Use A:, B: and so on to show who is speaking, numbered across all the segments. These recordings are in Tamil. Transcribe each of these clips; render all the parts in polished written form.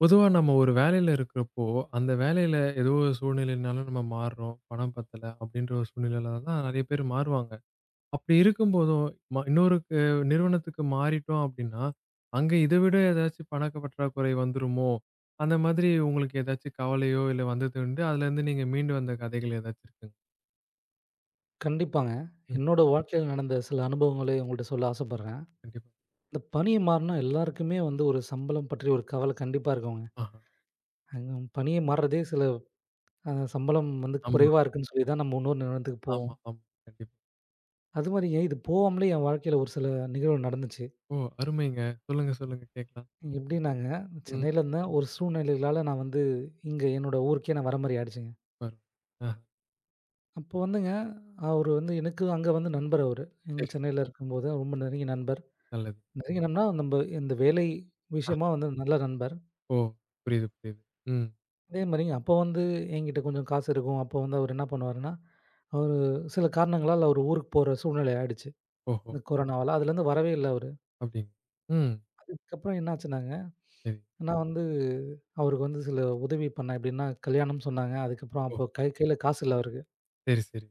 A: பொதுவா நம்ம ஒரு வேலையில இருக்கிறப்போ, அந்த வேலையில ஏதோ ஒரு சூழ்நிலையினால நம்ம மாறுறோம். பணம் பத்தல அப்படின்ற ஒரு சூழ்நிலையில தான் நெறைய பேர் மாறுவாங்க. அப்படி இருக்கும்போதும் ம இன்னொரு க நிறுவனத்துக்கு மாறிட்டோம் அப்படின்னா, அங்க இத விட ஏதாச்சும் பணக்க பற்றாக்குறை வந்துருமோ? அந்த மாதிரி உங்களுக்கு ஏதாச்சும் கவலையோ இல்ல வந்ததுண்டு, அதுலேருந்து நீங்க மீண்டு வந்த கதைகள் ஏதாச்சும் இருக்குங்களா?
B: கண்டிப்பாங்க.
A: ம்.
B: என்னோட வாழ்க்கையில நடந்த சில அனுபவங்களை உங்கள்ட்ட சொல்ல ஆசைப்படுறேன்.
A: கண்டிப்பா.
B: இந்த பணிய மாறுனா எல்லாருக்குமே வந்து ஒரு சம்பளம் பற்றி ஒரு கவலை கண்டிப்பா இருக்குங்க.
A: ஆஹா.
B: அங்க பணிய மாறுறதே சில சம்பளம் வந்து
A: ஆமா,
B: குறைவா இருக்குன்னு சொல்லி தான் நம்ம இன்னொரு நிறுவனத்துக்கு போவோம்.
A: ஆமா, ஆமா. கண்டிப்பா.
B: அதுமாரிங்க இது போகாமலே என் வாழ்க்கையில ஒரு சில நிகழ்வு நடந்துச்சு.
A: ஓ! அருமைங்க. சொல்லுங்க, சொல்லுங்க, கேட்கலாம்.
B: எப்படின்னாங்க,
A: ம்.
B: சென்னையில இருந்தேன். ஒரு சூழ்நிலைகளால நான் வந்து இங்க என்னோட ஊருக்கே நான் வர மாரி ஆயிடுச்சுங்க.
A: பாரு. ஆஹா.
B: அப்போ வந்துங்க அவரு வந்து எனக்கு அங்க வந்து நண்பர் அவரு. எங்க
A: சரி, சரி.
B: சென்னையில இருக்கும்போது ரொம்ப நெருங்கிய நண்பர்.
A: நல்லது.
B: நெருங்கிய நண்பர்னா நம்ப இந்த வேலை விஷயமா வந்து நல்ல நண்பர்.
A: ஓ! புரியுது, புரியுது. ம்.
B: அதே மாரிங்க அப்போ வந்து என்கிட்ட கொஞ்சம் காசு இருக்கும். அப்போ வந்து அவரு என்ன பண்ணுவாருன்னா, அவரு சில காரணங்களால அவரு ஊருக்கு போற சூழ்நிலை ஆயிடுச்சு.
A: ஓஹோ!
B: இந்த கொரோனாவால. அதுலேருந்து வரவே இல்ல அவரு.
A: அப்டிங்க. ம்.
B: அதுக்கப்புறம் என்னாச்சுன்னாங்க,
A: சரி.
B: நான் வந்து அவருக்கு வந்து சில உதவி பண்ணேன். எப்படின்னா கல்யாணம் சொன்னாங்க. அதுக்கப்புறம்
A: ஓ!
B: அப்போ கையில காசு இல்ல அவருக்கு.
A: சரி, சரி.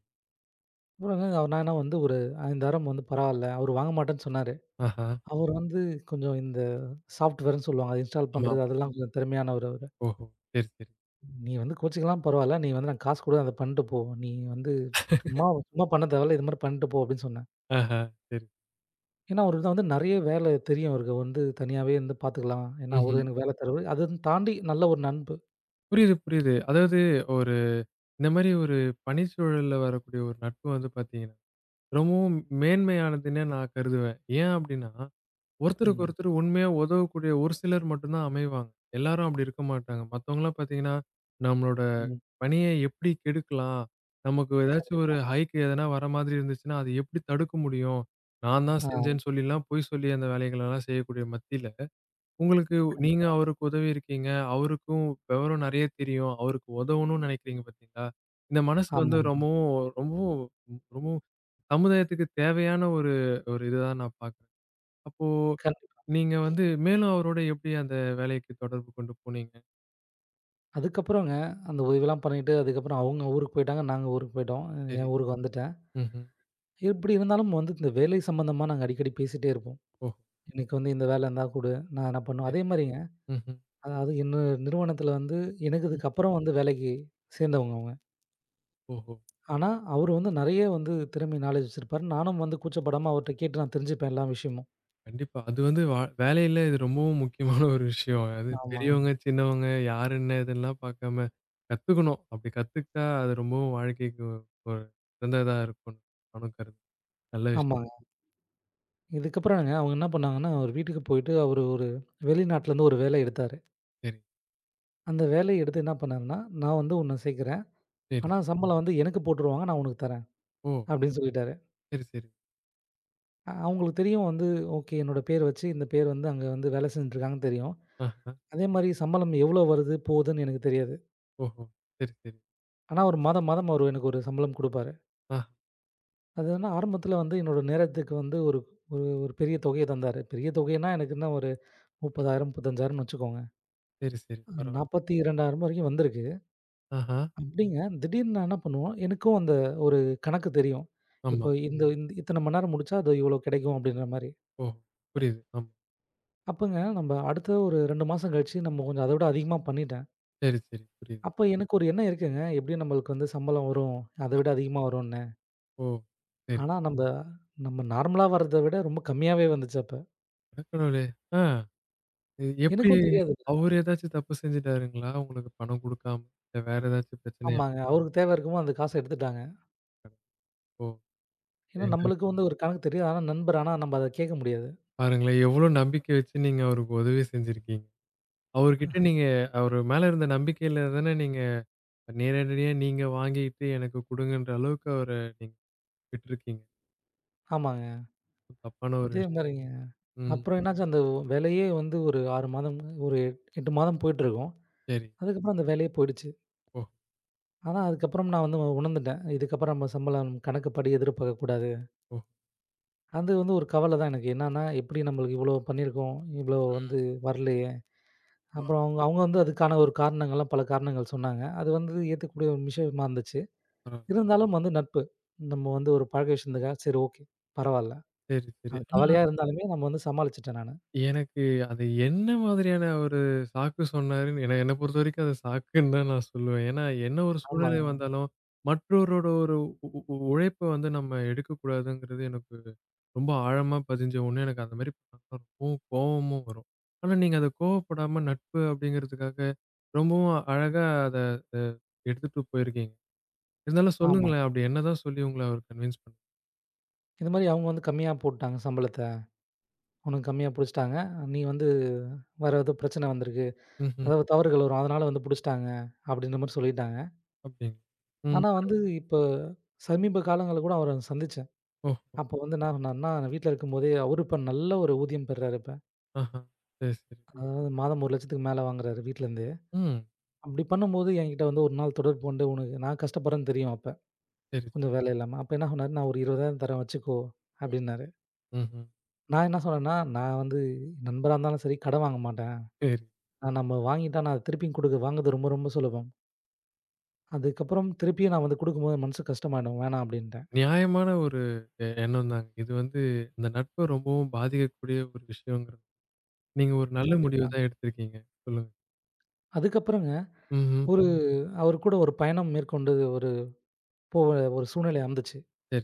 B: அப்புறம் அவர் நான் என்ன வந்து ஒரு 5000 வந்து பரவால்ல. அவரு வாங்க மாட்டேன்னு சொன்னாரு.
A: ஆஹா.
B: அவரு வந்து கொஞ்சம் இந்த சாஃப்ட்வேர்ன்னு சொல்லுவாங்க. அத இன்ஸ்டால்
A: ஆமா.
B: பண்றது அதெல்லாம் கொஞ்சம் திறமையானவரு அவரு.
A: ஓஹோ! சரி, சரி.
B: நீ வந்து கோச்சிக்கலாம் பரவால்ல. நீ வந்து நான் காசு குடுக்குறேன் அத பண்ணிட்டு போ. நீ வந்து சும்மா சும்மா பண்ண தேவையில்ல. இது மாரி பண்ணிட்டு போ அப்படின்னு சொன்னேன்.
A: ஆஹா. சரி.
B: ஏன்னா அவருக்கு தான் வந்து நெறைய வேலை தெரியும் அவருக்கு. வந்து தனியாவே இருந்து பார்த்துக்கலாம். ஏன்னா அவரு
A: ம்ஹ்ம்.
B: எனக்கு வேலை தருவாரு. அதுன்னு தாண்டி நல்ல ஒரு நண்பு.
A: புரியுது, புரியுது. அதாவது ஒரு இந்த மாரி ஒரு பணிச்சூழல்ல வரக்கூடிய ஒரு நட்பு வந்து பார்த்தீங்கன்னா, ரொம்பவும் மேன்மையானதுன்னே நான் கருதுவேன். ஏன் அப்டின்னா, ஒருத்தருக்கு
B: ம்.
A: ஒருத்தர் உண்மையா உதவக்கூடிய ஒரு சிலர் மட்டும் தான் அமைவாங்க. எல்லாரும் அப்டி இருக்க மாட்டாங்க. மத்தவங்கலாம் பார்த்தீங்கன்னா, நம்மளோட
B: ம்.
A: பனிய எப்படி கெடுக்கலாம்? நமக்கு ஏதாச்சும் ஒரு
B: கண்டிப்பா.
A: ஹைக் எதனா வர மாதிரி இருந்துச்சுன்னா, அது எப்படி தடுக்க முடியும்? நான் தான்
B: ஆ
A: செஞ்சேன்னு சொல்லிலாம் பொய் சொல்லி அந்த வேலைகளெல்லாம் செய்யக்கூடிய மத்தியில, உங்களுக்கு நீங்க
B: கண்டிப்பா.
A: அவருக்கு உதவி இருக்கீங்க. அவருக்கும் விவரம் நெறைய தெரியும். அவருக்கு உதவணும்னு நெனைக்கிறீங்க பார்த்தீங்களா? இந்த மனசு வந்து
B: ஆமாமா.
A: ரொம்பவும் ரொம்பவும் ரொம்பவும் சமுதாயத்துக்கு தேவையான ஒரு ஒரு இதுதா நான் பார்க்குறேன். அப்போ
B: கண்டிப்பா.
A: நீங்க வந்து மேலும் அவரோட எப்படி அந்த வேலைக்கு தொடர்பு கொண்டு போனீங்க?
B: அதுக்கப்புறங்க அந்த உதவிலாம் பண்ணிட்டு அதுக்கப்புறம் அவங்க ஊருக்கு போயிட்டாங்க. நாங்க ஊருக்கு போயிட்டோம்.
A: சரி.
B: என் ஊருக்கு வந்துட்டேன்.
A: ம்ஹ்ம்.
B: இப்படி இருந்தாலும் வந்து இந்த வேலை சம்மந்தமா நாங்க அடிக்கடி பேசிட்டே இருப்போம்.
A: ஓஹோ! சரி,
B: எனக்கு வந்து இந்த வேலை இருந்தா குடு. நான் என்ன பண்ணுவேன்?
A: சரி.
B: அதே மாரிங்க
A: ம்ஹ்ம்.
B: அதாவது என்ன நிறுவனத்தில வந்து இணங்குனதுக்கு அப்புறம் வந்து வேலைக்கு சேர்ந்தவங்க அவங்க.
A: ஓஹோ!
B: ஆனா, அவரு வந்து நெறைய வந்து திறமை, நாலேட்ஜ் வச்சிருப்பாரு. நானும் வந்து கூச்சப்படாம அவர்ட்ட கேட்டு நான் தெரிஞ்சுப்பேன் எல்லா விஷயமும்.
A: கண்டிப்பா. அது வந்து வேலையில இது ரொம்பவும் முக்கியமான ஒரு விஷயம். அது
B: ஆமா,
A: பெரியவங்க, சின்னவங்க யார் என்ன இதெல்லாம் பார்க்காம கத்துக்கணும். அப்படி கத்துக்கிட்டா அது ரொம்பவும் வாழ்க்கைக்கு ஒரு சிறந்ததா இருக்கும். நானும் கருது நல்ல விஷயம்.
B: ஆமாங்க. இதுக்கப்புறங்க அவங்க என்ன பண்ணாங்கன்னா, அவரு வீட்டுக்கு போயிட்டு அவரு ஒரு வெளிநாட்டுலருந்து ஒரு வேலை எடுத்தாரு.
A: சரி,
B: அந்த வேலைய எடுத்து என்ன பண்ணாருன்னா, "நான் வந்து உன்ன சேர்க்கிறேன்.
A: சரி.
B: ஆனா சம்பளம் வந்து எனக்கு போட்டுருவாங்க. நான் உனக்கு தரேன்."
A: ஓ!
B: அப்படின்னு சொல்லிட்டாரு.
A: சரி, சரி.
B: அவங்களுக்கு தெரியும் வந்து ஓகே என்னோட பேர் வச்சு இந்த பேர் வந்து அங்க வந்து வேலை செஞ்சுட்டுருக்காங்கன்னு தெரியும்.
A: ஆஹா.
B: அதே மாரி சம்பளம் எவ்வளோ வருது, போகுதுன்னு எனக்கு தெரியாது.
A: ஓஹோ! சரி, சரி.
B: ஆனா, ஒரு மாதம், மாதம் அவரு எனக்கு ஒரு சம்பளம் குடுப்பாரு.
A: ஆ.
B: அது வந்து ஆரம்பத்தில வந்து என்னோட நேரத்துக்கு வந்து ஒரு ஒரு ஒரு பெரிய தொகைய தந்தாரு. பெரிய தொகைன்னா எனக்கு என்ன ஒரு 30,000 35,000ன்னு வச்சுக்கோங்க.
A: சரி, சரி.
B: ம்.
A: பரவால்ல.
B: 42,000 வரைக்கும் வந்திருக்கு.
A: ஆஹா.
B: அப்படிங்க திடீர்னு நான் என்ன பண்ணுவோம், எனக்கும் அந்த ஒரு கணக்கு தெரியும்.
A: ஆமா.
B: இப்போ இந்த ம். இந்த இத்தன மணி நேரம் முடிச்சா, அது இவ்வளோ கிடைக்கும் அப்படின்ற மாரி.
A: ஓஹோ! புரியுது. ஆமா.
B: அப்பங்க நம்ப அடுத்த ஒரு 2 மாசம் கழிச்சு நம்ம கொஞ்சம் அத விட அதிகமா பண்ணிட்டேன்.
A: சரி, சரி. புரியுது.
B: அப்ப எனக்கு ஒரு எண்ணம் இருக்குங்க. எப்படியும் நம்மளுக்கு வந்து சம்பளம் வரும். அத விட அதிகமா வரும்ன்னு.
A: ஓ! சரி.
B: ஆனா, நம்ம நார்மலா வர்றத விட ரொம்ப கம்மியாவே வந்துச்சு அப்ப.
A: அட கடவுளே! ஆ இது எப்படி
B: எனக்கும் தெரியாது.
A: அவரு ஏதாச்சும் தப்பு செஞ்சுட்டாருங்களா? உங்களுக்கு பணம் குடுக்காம? இல்ல வேற ஏதாச்சும் பிரச்சனையா?
B: ஆமாங்க. அவருக்கு தேவை இருக்குமோ அந்த காச எடுத்துட்டாங்க.
A: ஓ!
B: ஏன்னா
A: ஏங்க
B: நம்மளுக்கு வந்து ஒரு கணக்கு தெரியும். ஆனா நண்பர் ஆனா நம்ம அத கேட்க முடியாது.
A: பாருங்களேன்! எவ்ளோ நம்பிக்கை வச்சு நீங்க அவருக்கு உதவி செஞ்சிருக்கீங்க. அவர்கிட்ட நீங்க அவரு மேல இருந்த நம்பிக்கையில தானே நீங்க நேரடியா நீங்க வாங்கிட்டு எனக்கு குடுங்கன்ற அளவுக்கு அவர நீங்க விட்டுருக்கீங்க.
B: ஆமாங்க.
A: தப்பான ஒரு
B: இதே
A: விஷயம்.
B: மாரிங்க.
A: ம்.
B: அப்புறம் என்னாச்சு அந்த வேலையே வந்து ஒரு 6 மாதம், ஒரு 8 மாதம் போயிட்டுருக்கும்.
A: சரி.
B: அதுக்கப்புறம் அந்த வேலையே போயிடுச்சு.
A: ஓ!
B: ஆனா அதுக்கப்புறம் நான் வந்து உணர்ந்துட்டேன். இதுக்கப்புறம் நம்ம சம்பளம் கணக்குப்படி எதிர்பார்க்கக்கூடாது.
A: ஓ!
B: அது வந்து ஒரு கவல தான் எனக்கு. என்னன்னா எப்படி நம்மளுக்கு இவ்வளோ பண்ணியிருக்கோம், இவ்வளோ வந்து வரலையே.
A: ஆ
B: அப்புறம் அவங்க அவங்க வந்து அதுக்கான ஒரு காரணங்கள்லாம் பல காரணங்கள் சொன்னாங்க. அது வந்து ஏத்துக்கக்கூடிய ஒரு விஷயமா இருந்துச்சு.
A: பரவால்ல.
B: இருந்தாலும் வந்து நட்பு. நம்ம வந்து ஒரு பழக்க விஷயத்துக்காக சரி ஓகே. பரவால்ல.
A: சரி, சரி.
B: அது
A: ஆனா
B: கவலையா இருந்தாலுமே நம்ம வந்து சமாளிச்சுட்டேன் நானு.
A: எனக்கு அது என்ன மாதிரியான ஒரு சாக்கு சொன்னாருன்னு என்ன என்ன பொறுத்தவரைக்கும் அது சாக்குன்னு தான் நான் சொல்லுவேன். ஏன்னா என்ன ஒரு சூழ்நிலை
B: ஆமாங்க.
A: வந்தாலும் மற்றவரோட ஒரு உழைப்ப வந்து நம்ம எடுக்கக்கூடாதுங்கிறது எனக்கு ரொம்ப ஆழமா பதிஞ்ச ஒண்ணு. எனக்கு அந்த மாரி பண்ணா ரொம்பவும் கோவமும் வரும். ஆனா நீங்க அத கோவப்படாம நட்பு அப்படிங்கிறதுக்காக ரொம்பவும் அழகா அத அ எடுத்துட்டு போயிருக்கீங்க. இருந்தாலும்
B: ஆமா.
A: சொல்லுங்களேன், அப்படி என்னதான் சொல்லி உங்கள அவர் கன்வின்ஸ் பண்ணாரு?
B: இந்த மாரி அவங்க வந்து கம்மியா போட்டாங்க சம்பளத்த. உனக்கு கம்மியா புடிச்சுட்டாங்க. நீ வந்து வேற ஏதோ பிரச்சனை வந்திருக்கு.
A: ம்ஹ்ம்.
B: அதாவது தவறுகள் வரும். அதனால வந்து புடிச்சுட்டாங்க. அப்படின்ற மாரி சொல்லிட்டாங்க.
A: அப்படிங்களா? ம்.
B: ஆனா வந்து இப்ப சமீப காலங்கள்ல கூட அவர சந்திச்சேன்.
A: ஓஹோ!
B: அப்போ வந்து என்ன சொன்னாருன்னா, வீட்ல இருக்கும்போதே அவரு இப்ப நல்ல ஒரு ஊதியம் பெறாரு இப்ப.
A: ஆஹா. சரி, சரி.
B: அதாவது மாதம் 1,00,000க்கு மேல வாங்குறாரு வீட்லருந்து.
A: ம்.
B: அப்படி பண்ணும்போது என்கிட்ட வந்து ஒரு நாள் தொடர்பு கொண்டு, "உனக்கு நான் கஷ்டப்படுறேன்னு தெரியும் அப்ப."
A: சரி.
B: கொஞ்சம் வேலை இல்லாம. அப்ப என்ன சொன்னாரு, "நான் ஒரு 20,000 தரேன் வச்சுக்கோ" அப்டின்னாரு.
A: ம்ஹ்ம்.
B: நான் என்ன சொன்னேன்னா, நான் வந்து நண்பரா இருந்தாலும் சரி கடன் வாங்க மாட்டேன்.
A: சரி.
B: ஆனா நம்ம வாங்கிட்டா நான் திருப்பியும் குடுக்க வாங்குறது ரொம்ப ரொம்ப சுலபம். அதுக்கப்புறம் திருப்பியும் நான் வந்து குடுக்கும்போது என் மனசுக்கு கஷ்டமாயிடும். வேணாம் அப்டின்ட்டேன்.
A: நியாயமான ஒரு எண்ணம் தாங்க. இது வந்து இந்த நட்ப ரொம்பவும் பாதிக்கக்கூடிய ஒரு விஷயங்கிறது. நீங்க ஒரு நல்ல முடிவு
B: கண்டிப்பா.
A: தான் எடுத்திருக்கீங்க. சொல்லுங்க.
B: அதுக்கப்புறங்க
A: ம்ஹ்ம்.
B: ஒரு அவரு கூட ஒரு பயணம் மேற்கொண்டு ஒரு போக ஒரு சூழ்நிலை அமைஞ்சுச்சு.
A: சரி.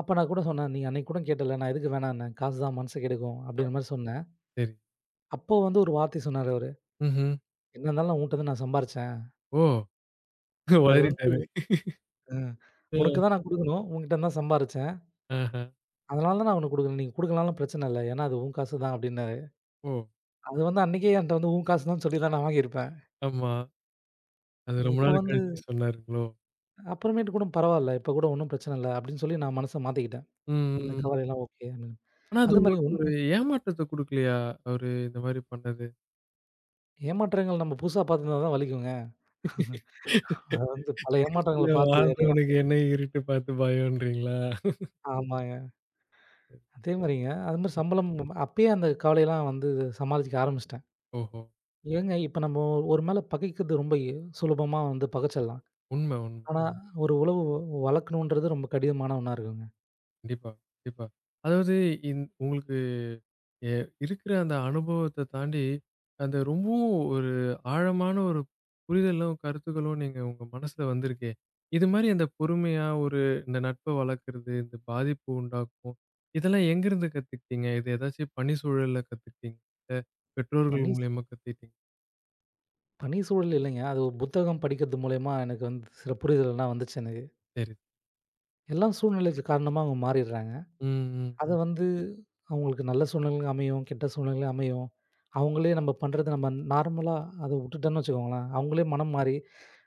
B: அப்ப நான் கூட சொன்னேன், "நீ அன்னைக்கு கூட கேட்டல்ல நான் எதுக்கு வேணாம்னேன். காசு தான் மனச கெடுக்கும்"
A: ஆ
B: அப்டின்ற மாரி சொன்னேன்.
A: சரி.
B: அப்போ வந்து ஒரு வார்த்தை சொன்னாரு அவரு.
A: ம்ஹ்ம்.
B: "என்ன இருந்தாலும் உன்கிட்ட தான் நான் சம்பாரிச்சேன்.
A: ஓ!
B: அது வந்து
A: வளரிட்டாரு.
B: அ
A: அ,
B: உனக்கு தான் நான் குடுக்கணும். உன்கிட்ட இருந்து தான் சம்பாரிச்சேன்."
A: ஆஹா.
B: அதனால தான் நான் அவனுக்கு குடுக்குறேன். நீங்க குடுக்கலனாலும் பிரச்சனை இல்ல. ஏன்னா அது உன் காசு தான் அப்டின்னாரு.
A: ஓ!
B: அது வந்து அன்னைக்கே என்ட்ட வந்து உன் காசு தான் சொல்லி தான் நான் வாங்கியிருப்பேன்.
A: ஆமா. அது ரொம்ப
B: இப்ப
A: நாள்
B: வந்து
A: கழிச்சு சொன்னாருங்களோ?
B: அப்புறமேட்டு கூட பரவால்ல. இப்ப கூட ஒண்ணும் பிரச்சனை இல்ல அப்டின்னு சொல்லி நான் மனச மாத்திக்கிட்டேன்.
A: ம்,
B: அந்த
A: ம்.
B: கவலைலாம் ஓகே அப்டின்னு.
A: ஆனா அது
B: அது மாரி
A: உங்களுக்கு ஒரு ஏமாற்றத்த குடுக்கலையா? அவரு இந்த மாரி பண்ணது?
B: ஏமாற்றங்கள் நம்ம புதுசா பார்த்திருந்தா தான் வலிக்குங்க. அத வந்து பல
A: இருட்டுல
B: ஏமாற்றங்கள பார்த்து அடி வாங்
A: வாழ்றவனுக்கு என்ன இருட்டு பார்த்து பயம்ன்றீங்களா?
B: ஆமாங்க. அதே மாரிங்க அது மாரி சம்பளம் அப்பயே அந்த கவலையெல்லாம் வந்து சமாளிக்க ஆரம்பிச்சுட்டேன்.
A: ஓஹோ!
B: ஏங்க இப்ப நம்ம ஒரு மேல பகைக்கிறது ரொம்ப சுலபமா வந்து பகைச்சிடலாம்.
A: உண்ம, உண்ம.
B: ஆனா ஒரு உறவு வளர்க்கணுன்றது ரொம்ப கடினமான ஒண்ணா இருக்குங்க.
A: கண்டிப்பா, கண்டிப்பா. அதாவது உங்களுக்கு எ இருக்கிற அந்த அனுபவத்த தாண்டி, அந்த ரொம்பவும் ஒரு ஆழமான ஒரு புரிதலும், கருத்துக்களும் நீங்க உங்க மனசுல வந்திருக்கே! இது மாரி அந்த பொறுமையா ஒரு இந்த நட்ப வளர்க்கிறது, இந்த பாதிப்பு உண்டாக்கும். இதெல்லாம் எங்கேருந்து கத்துக்கிட்டீங்க? இது ஏதாச்சும் பணி சூழல்ல கத்துக்கிட்டீங்களா?
B: இப்ப நீ
A: பெற்றோர்கள் மூலியமா கத்துக்கிட்டீங்க?
B: பணி சூழல் இல்லைங்க. அது ஒரு புத்தகம் படிக்கிறது மூலியமா எனக்கு வந்து சில புரிதல்லாம் வந்துச்சு எனக்கு.
A: சரி.
B: எல்லா சூழ்நிலைக்கு காரணமா அவங்க மாறிடுறாங்க.
A: ம், ம்,
B: அது
A: ம்.
B: வந்து அவங்களுக்கு நல்ல சூழ்நிலையும் அமையும், கெட்ட சூழ்நிலையும் அமையும். அவங்களே நம்ம பண்றது நம்ம நார்மலா அத விட்டுட்டோம்னு வச்சுக்கோங்களேன், அவங்களே மனம் மாறி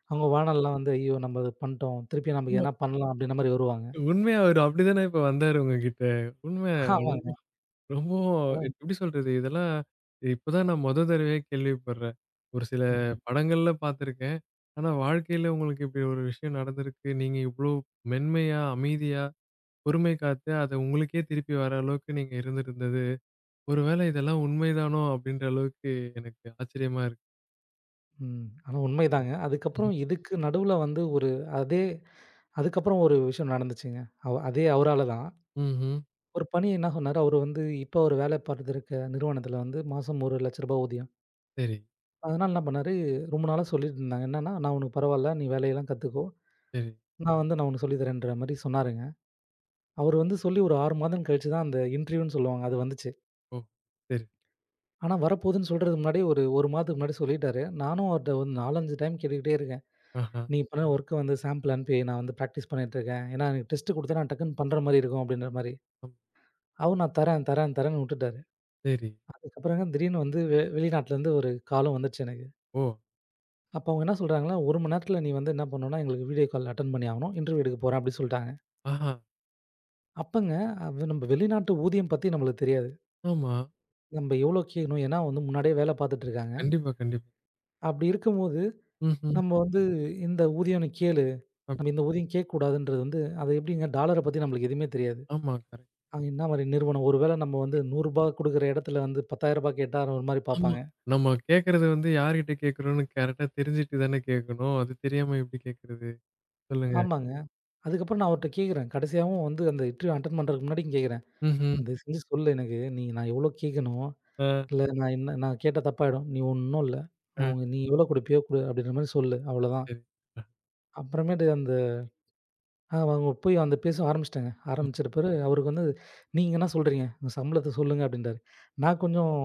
B: அவங்க வாழ்நாள்லாம் வந்து ஐயோ! நம்ம இது பண்ணிட்டோம். திருப்பி நமக்கு
A: உண்ம
B: எதனா பண்ணலாம் அப்படின்ற மாரி வருவாங்க.
A: உண்மையா அவரு அப்படிதானே இப்ப வந்தாரு உங்ககிட்ட. உண்மையா
B: ஆமாங்க.
A: ரொம்ப
B: அதான்
A: எப்படி சொல்றது? இதெல்லாம் இப்பதான் நான் மொத தடவையா கேள்விப்படுறேன். ஒரு சில
B: ம்,
A: படங்கள்ல பார்த்துருக்கேன். ஆனா வாழ்க்கையில உங்களுக்கு இப்படி ஒரு விஷயம் நடந்திருக்கு. நீங்க இவ்ளோ மென்மையா, அமைதியா, பொறுமை காத்து அது உங்களுக்கே திருப்பி வர அளவுக்கு நீங்க இருந்திருந்தது. ஒருவேளை இதெல்லாம் உண்மைதானோ அப்படின்ற அளவுக்கு எனக்கு ஆச்சரியமா இருக்கு.
B: ம். ஆனா உண்மைதாங்க.
A: ம்ஹ்ம்.
B: அதுக்கப்புறம் இதுக்கு நடுவுல வந்து ஒரு அதே அதுக்கப்புறம் ஒரு விஷயம் நடந்துச்சுங்க. அதே அவரால தான்.
A: ம்ஹ்ம்.
B: ஒரு பணி என்ன சொன்னாரு, அவரு வந்து இப்போ ஒரு வேலை பார்த்துருக்க நிறுவனத்தில வந்து மாசம் ரூ. 1,00,000 ஊதியம்.
A: சரி,
B: அதனால என்ன பண்ணாரு, ரொம்ப நாளா சொல்லிட்டு இருந்தாங்க. என்னன்னா, "நான் உனக்கு பரவால்ல. நீ வேலையெல்லாம் கத்துக்கோ.
A: சரி.
B: நான் உனக்கு சொல்லி தரேன்ற" மாரி சொன்னாருங்க. அவரு வந்து சொல்லி ஒரு 6 மாதம் கழிச்சு தான் அந்த இன்டர்வியூன்னு சொல்லுவாங்க. அது வந்துச்சு.
A: ஓ! சரி.
B: ஆனா வரப்போகுதுன்னு சொல்றதுக்கு முன்னாடியே ஒரு 1 மாதத்துக்கு முன்னாடி சொல்லிட்டாரு. நானும் அவர்ட்ட ஒரு 4, 5 டைம் கேட்டுக்கிட்டே இருக்கேன்.
A: ஆஹா.
B: "நீ பண்ண ஒர்க்க வந்து சாம்பிள் அனுப்பி நான் வந்து பிராக்டிஸ் பண்ணிட்டு இருக்கேன். ஏன்னா எனக்கு டெஸ்ட்
A: சரி.
B: குடுத்தா நான் டக்குன்னு பண்ற மாரி இருக்கும்" அப்படின்ற மாரி.
A: ஆமா.
B: அவரு "நான் தரேன், தரேன், தரேன்னு" விட்டுட்டாரு.
A: சரி.
B: அதுக்கப்புறங்க திடீர்னு வந்து வெளிநாட்டுலேருந்து ஒரு காலும் வந்துச்சு எனக்கு.
A: ஓ!
B: அப்போ அவங்க என்ன சொல்றாங்கன்னா, 1 மணி நேரத்தில நீ வந்து என்ன பண்ணணும்னா, எங்களுக்கு வீடியோ கால் அட்டெண்ட் பண்ணி ஆகணும். இன்டர்வியூ எடுக்க போறேன் அப்டின்னு சொல்லிட்டாங்க.
A: ஆஹா.
B: அப்பங்க நம்ம வெளிநாட்டு ஊதியம் பத்தி நம்மளுக்கு தெரியாது.
A: ஆமா.
B: நம்ம எவ்வளோ கேட்கணும்? ஏன்னா வந்து முன்னாடியே வேலை பார்த்துட்டு இருக்காங்க.
A: கண்டிப்பா, கண்டிப்பா.
B: அப்டி இருக்கும்போது
A: ம்ஹ்ம்.
B: நம்ம வந்து இந்த ஊதியம் நீ கேளு.
A: அப்
B: நம்ம இந்த ஊதியம் கேட்கக்கூடாதுன்றது வந்து அது எப்டிங்க டாலர பத்தி நம்மளுக்கு எதுவுமே தெரியாது.
A: ஆமா. கரெக்ட்.
B: அங்க என்ன மாரி நிறுவனம்? ஒரு வேள நம்ம வந்து ரூ. 100 குடுக்குற இடத்துல வந்து ரூ. 10,000 கேட்டா ஒரு மாரி
A: ஆமா.
B: பார்ப்பாங்க.
A: நம்ம கேட்கறது வந்து யார்கிட்ட கேட்கிறோம்னு கரெக்ட்டா தெரிஞ்சுட்டு தானே கேட்கணும். அது தெரியாம எப்படி கேட்கறது? சொல்லுங்க.
B: ஆமாங்க. அதுக்கப்புறம் நான் அவர்ட்ட கேட்கிறேன். கடைசியாவும் வந்து அந்த இன்டர்வியூ அட்டெண்ட் பண்றதுக்கு முன்னாடி கேட்கிறேன்.
A: ம்ஹ்ம்.
B: தயவு செஞ்சு சொல்லு எனக்கு. நீ நான் எவ்வளோ கேட்கணும்?
A: ஆ,
B: இல்ல நான் என்ன நான் கேட்டா தப்பாயிடும். "நீ ஒண்ணும் இல்ல.
A: ஆ.
B: அவங்க நீ எவ்வளோ குடுப்பியோ குடு" அப்படின்ற மாரி சொல்லு. அவ்வளோதான்.
A: சரி. அ.
B: அப்புறமேட்டு அந்த அவங்க போய் அந்த பேச ஆரம்பிச்சுட்டாங்க.
A: ம்.
B: ஆரம்பிச்ச பிறகு அவருக்கு வந்து, "நீங்க என்ன சொல்றீங்க? உங்க சம்பளத்த சொல்லுங்க" அப்படின்ட்டாரு. நான் கொஞ்சம்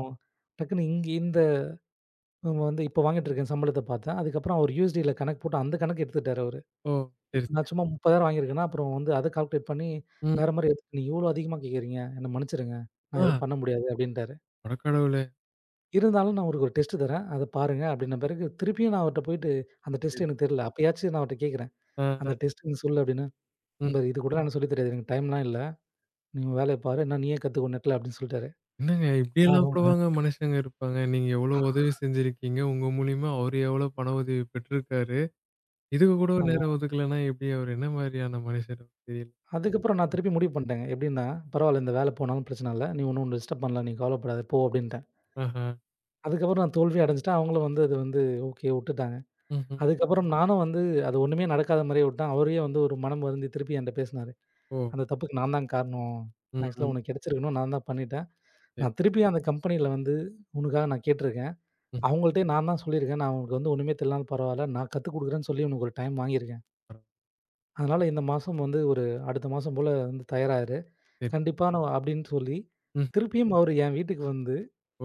B: டக்குன்னு இங்க இந்த நம்ம வந்து இப்ப வாங்கிட்டு இருக்கேன் சம்பளத்த பார்த்தேன். அதுக்கப்புறம் அவர் USDல கணக்கு போட்டு அந்த கணக்கு எடுத்துக்கிட்டாரு அவரு.
A: ஓ! சரி,
B: இப்ப
A: சரி.
B: நான் சும்மா 30,000 வாங்கியிருக்கேன்னா, அப்புறம் வந்து அத கால்குலேட் பண்ணி
A: ம்.
B: வேற மாரி எடுத்து "நீங்க இவ்வளோ அதிகமா கேட்கிறீங்க. என்ன மன்னிச்சுருங்க. நான்
A: ஆ
B: எதுவும் பண்ண முடியாது" அப்படின்ட்டாரு.
A: அடக்கடவுளே!
B: இருந்தாலும் நான் அவருக்கு ஒரு டெஸ்ட் தரேன். அத பாருங்க அப்படின்ன பிறகு, திருப்பியும் நான் அவர்ட்ட போயிட்டு, அந்த
A: சரி.
B: டெஸ்ட் எனக்கு தெரியல. அப்பயாச்சும் நான் அவர்ட்ட கேட்கிறேன். அந்த
A: ஆ,
B: டெஸ்ட் நீ சொல்லு அப்படின்னா,
A: ம்.
B: "இந்த இது கூட எனக்கு சொல்லி தெரியாது. எனக்கு டைம்லாம் இல்ல. நீ உன் வேலைய பாரு. என்ன நீயே கத்துக்கோ நெட்ல" அப்படின்னு சொல்லிட்டாரு.
A: என்னங்க இப்படியெல்லாம்
B: ஆமாங்க.
A: கூடவாங்க மனுஷங்க இருப்பாங்க. நீங்க எவ்வளோ உதவி செஞ்சிருக்கீங்க. உங்க மூலியமா அவரு எவ்வளோ பண உதவி பெற்றிருக்காரு. இதுக்கு கூட
B: ஆமா.
A: நேரம் ஒதுக்கலன்னா எப்படி? அவரு என்ன மாரியான மனுஷரோ தெரியல.
B: அதுக்கப்புறம் நான் திருப்பி முடிவு பண்ணிட்டேங்க. எப்படின்னா, "பரவால்ல இந்த வேலை போனாலும் பிரச்சனை இல்ல. நீ ஒண்ணும் டிஸ்டர்ப் பண்ணல. நீ கவலைப்படாத போ" அப்படின்ட்டேன்.
A: ஆஹா.
B: அதுக்கப்புறம் நான் தோல்வி அடைஞ்சுட்டேன். அவங்களும் வந்து அது வந்து ஓகே உட்டுட்டாங்க.
A: ம்ஹ்ம்.
B: அதுக்கப்புறம் நானும் வந்து அது ஒண்ணுமே நடக்காத மாரியே விட்டேன். அவரே வந்து ஒரு மனம் வருந்தி திருப்பி என்ட்ட பேசினாரு.
A: ஓ!
B: "அந்த தப்புக்கு நான் தான் காரணம்.
A: ம்,
B: ஆக்சுவலா
A: ம்.
B: உனக்கு கிடைச்சிருக்கணும். நான் தான் பண்ணிட்டேன்."
A: சரி.
B: நான் திருப்பி அந்த கம்பெனியில வந்து உனக்காக நான் கேட்டுருக்கேன்.
A: ம்.
B: அவங்கள்ட்டயே நான் தான் சொல்லியிருக்கேன். நான் உனக்கு வந்து ஒண்ணுமே தெரியலனாலும் பரவால்ல. நான் கத்துக் குடுக்குறேன்னு சொல்லி உனக்கு ஒரு டைம் வாங்கியிருக்கேன். அதனால இந்த மாசம் வந்து ஒரு அடுத்த மாசம் போல வந்து தயாராயிரு.
A: சரி.
B: கண்டிப்பா நான் அப்டின்னு சொல்லி,
A: ம்.
B: திருப்பியும் அவரு என் வீட்டுக்கு வந்து,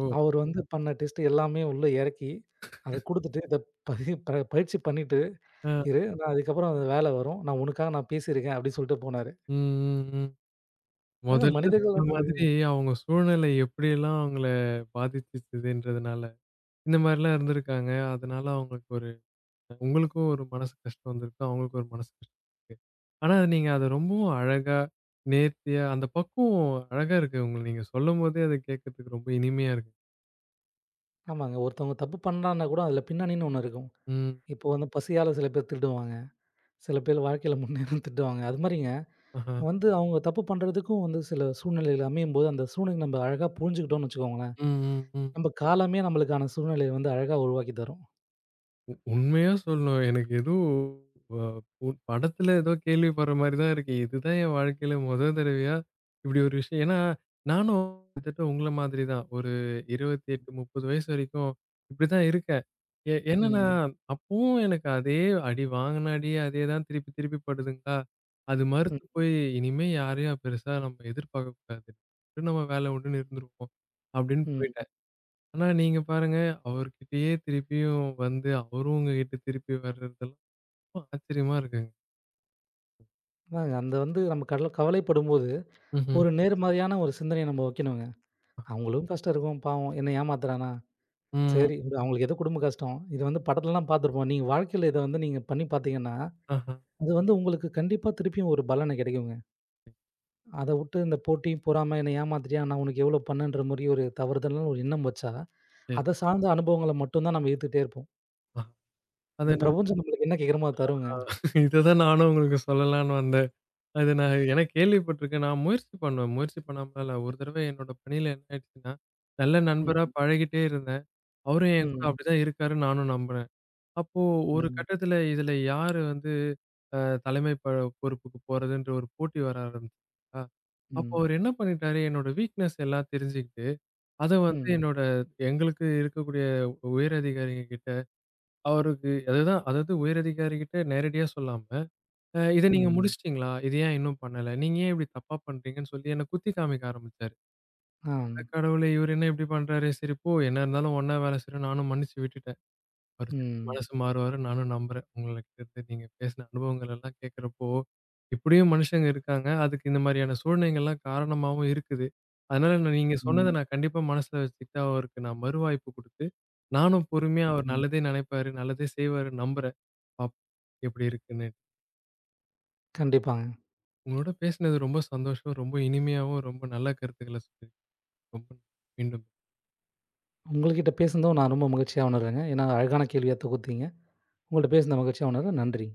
A: ஓ!
B: அவரு வந்து பண்ண டெஸ்ட் எல்லாமே உள்ள எறக்கி, அத குடுத்துட்டு இத பதி ப பயிற்சி பண்ணிட்டு
A: ஆ.
B: இரு. நான் அதுக்கப்புறம் அந்த வேல வரும். நான் உனக்காக நான் பேசியிருக்கேன் அப்டின்னு சொல்லிட்டு போனாரு.
A: ம், ம், ம்.
B: அதான்
A: முதல்ல
B: மனிதர்கள்
A: சொன்ன
B: வந்து
A: மாதிரி அவங்க சூழ்நிலை எப்படியெல்லாம் அவங்கள பாதிச்சுச்சுதுன்றதுனால, இந்த மாரிலாம் இருந்திருக்காங்க. அதனால அவங்களுக்கு ஒரு உங்களுக்கும் ஒரு மனசு கஷ்டம் வந்திருக்கு. அவங்களுக்கும் ஒரு மனசு கஷ்டம் இருக்கு. ஆனா நீங்க அத ரொம்பவும் அழகா, நேர்த்தியா அந்த பக்குவம் அழகா இருக்கு. உங்கள நீங்க சொல்லும்போதே அத கேட்கறதுக்கு ரொம்ப இனிமையா இருக்கு.
B: ஆமாங்க. ஒருத்தவங்க தப்பு பண்ணான்னா கூட அதுல பின்னணின்னு ஒண்ணு இருக்கும்.
A: ம்.
B: இப்போ வந்து பசியால சில பேர் திருடுவாங்க. சில பேர் வாழ்க்கையில முன்னேறும் திட்டுவாங்க. அது மாரிங்க
A: ஆஹா.
B: வந்து அவங்க தப்பு பண்றதுக்கும் வந்து சில சூழ்நிலைகள் அமையும்போது, அந்த சூழ்நிலை நம்ம அழகா புரிஞ்சுக்கிட்டோம்னு வச்சுக்கோங்களேன்,
A: ம், ம், ம்.
B: நம்ம காலமே நம்மளுக்கான சூழ்நிலைய வந்து அழகா உருவாக்கி தரும்.
A: உண்மையா சொல்லணும். எனக்கு ஏதோ வ உ படத்துல ஏதோ கேள்விப்படுற மாரி தான் இருக்கு. இதுதான் என் வாழ்க்கையில முதல் தடவையா இப்படி ஒரு விஷயம். ஏன்னா, நானும் கிட்டத்தட்ட உங்கள மாதிரி தான். ஒரு 28, 30 வயசு வரைக்கும் இப்படிதான் இருக்கேன். என்னன்னா,
B: ம்.
A: அப்பவும் எனக்கு அதே அடி வாங்கின அடியே அதே தான் திருப்பி திருப்பி படுதுங்களா, அது
B: ம்.
A: மறுத்து போய் இனிமே யாரையும் பெருசா நம்ம எதிர்பார்க்கக்கூடாது. நம்ம வேலை உண்டுன்னு இருந்துருவோம் அப்படின்னு
B: ம்.
A: போயிட்டேன். ஆனா, நீங்க பாருங்க, அவர்கிட்டயே திருப்பியும் வந்து அவரும் உங்ககிட்ட திருப்பி வர்றதெல்லாம் ரொம்ப ஆச்சரியமா இருக்குங்க.
B: அதாங்க அந்த வந்து நம்ம கடல கவலைப்படும்போது,
A: ம்ஹ்ம்.
B: ஒரு நேர்மறையான ஒரு சிந்தனைய நம்ம வைக்கணுங்க. அவங்களும் கஷ்டம் இருக்கும் பாவம். என்ன ஏமாத்துறானா?
A: ம்.
B: சரி இது அவங்களுக்கு ஏதோ குடும்ப கஷ்டம். இது வந்து படத்துலலாம் பார்த்துருப்போம். நீங்க வாழ்க்கையில இத வந்து நீங்க பண்ணி பார்த்தீங்கன்னா,
A: ஆஹா.
B: அது வந்து உங்களுக்கு கண்டிப்பா திருப்பியும் ஒரு பலன கிடைக்குங்க. அத வுட்டு இந்த போட்டியும், பொறாம என்ன ஏமாத்துட்டியா? நான் உனக்கு எவ்ளோ பண்ணேன்ற மாரி ஒரு தவறுதலான ஒரு எண்ணம் வச்சா,
A: சரி.
B: அத சார்ந்த அனுபவங்கள மட்டும் தான் நம்ம எடுத்துக்கிட்டே இருப்போம்.
A: ஆ. அது
B: இந்த
A: நம்ம
B: பிரபஞ்சம் நம்மளுக்கு என்ன கேட்கிறோமோ அத தருங்க.
A: இததான் நானும் உங்களுக்கு சொல்லலான்னு வந்தேன். அது நான் ஏன்னா கேள்விப்பட்டுருக்கேன். நான் முயற்சி பண்ணுவேன். முயற்சி பண்ணாமலாம் இல்ல. ஒரு தடவ என்னோட பணியில என்ன ஆயிடுச்சுன்னா, நல்ல
B: ம்,
A: நண்பரா பழகிட்டே இருந்தேன். அவரும் என் கூட
B: ம்,
A: அப்படிதான் இருக்காருன்னு நானும் நம்புனேன். அப்போ ஒரு
B: ம்,
A: கட்டத்துல இதுல யாரு வந்து அ தலைமை பொறுப்புக்கு போறதுன்ற ஒரு போட்டி வர ஆரம்பிச்சுச்சா, அப்போ
B: ம்,
A: அவரு என்ன பண்ணிட்டாரு, என்னோட வீக்னஸ் எல்லாம் தெரிஞ்சுக்கிட்டு, அத வந்து
B: ம்,
A: என்னோட எங்களுக்கு இருக்கக்கூடிய உயர் அதிகாரிங்க கிட்ட அவருக்கு அதுதான் அதாவது உயரதிகாரி கிட்ட நேரடியா சொல்லாம, இத நீங்க
B: ம்,
A: முடிச்சுட்டீங்களா? இது ஏன் இன்னும் பண்ணல? நீங்க ஏன் இப்படி தப்பா பண்றீங்கன்னு?" சொல்லி என்ன குத்தி காமிக்க ஆரம்பிச்சாரு.
B: ஆ,
A: அட கடவுளே! இவரு என்ன இப்படி பண்றாரு? சரி போ! என்ன இருந்தாலும் ஒண்ணா வேலை செய்றோம் நானும் மன்னிச்சு விட்டுட்டேன். அவரு திருப்பி
B: ம்,
A: மனசு மாறுவாருன்னு நானும் நம்புறேன். உங்கள்கிட்ட நீங்க பேசின அனுபவங்கள் எல்லாம் கேட்கிறப்போ, இப்படியும் மனுஷங்க இருக்காங்க. அதுக்கு இந்த மாரியான சூழ்நிலைகள்லாம் காரணமாவும் இருக்குது. அதனால நான் நீங்க சொன்னத
B: ம்,
A: நான் கண்டிப்பா மனசுல வச்சுக்கிட்டு, அவருக்கு நான் மறுவாய்ப்பு குடுத்து, நானும் பொறுமையா அவர்
B: ம்.
A: நல்லதே நெனைப்பாரு, நல்லதே செய்வாருன்னு நம்புறேன். பாப்போம் எப்படி இருக்குன்னு.
B: கண்டிப்பாங்க.
A: உங்களோட பேசினது ரொம்ப சந்தோஷம். ரொம்ப இனிமையாவும், ரொம்ப நல்ல கருத்துக்கள சொல்லி ரொம்ப மீண்டும்
B: உங்கள்கிட்ட பேசுனதும் நான் ரொம்ப மகிழ்ச்சியா உணர்றேங்க. ஏன்னா அழகான கேள்வியா தொகுத்தீங்க. உங்கள்ட்ட பேசின மகிழ்ச்சியா உணர்றேன். நன்றி.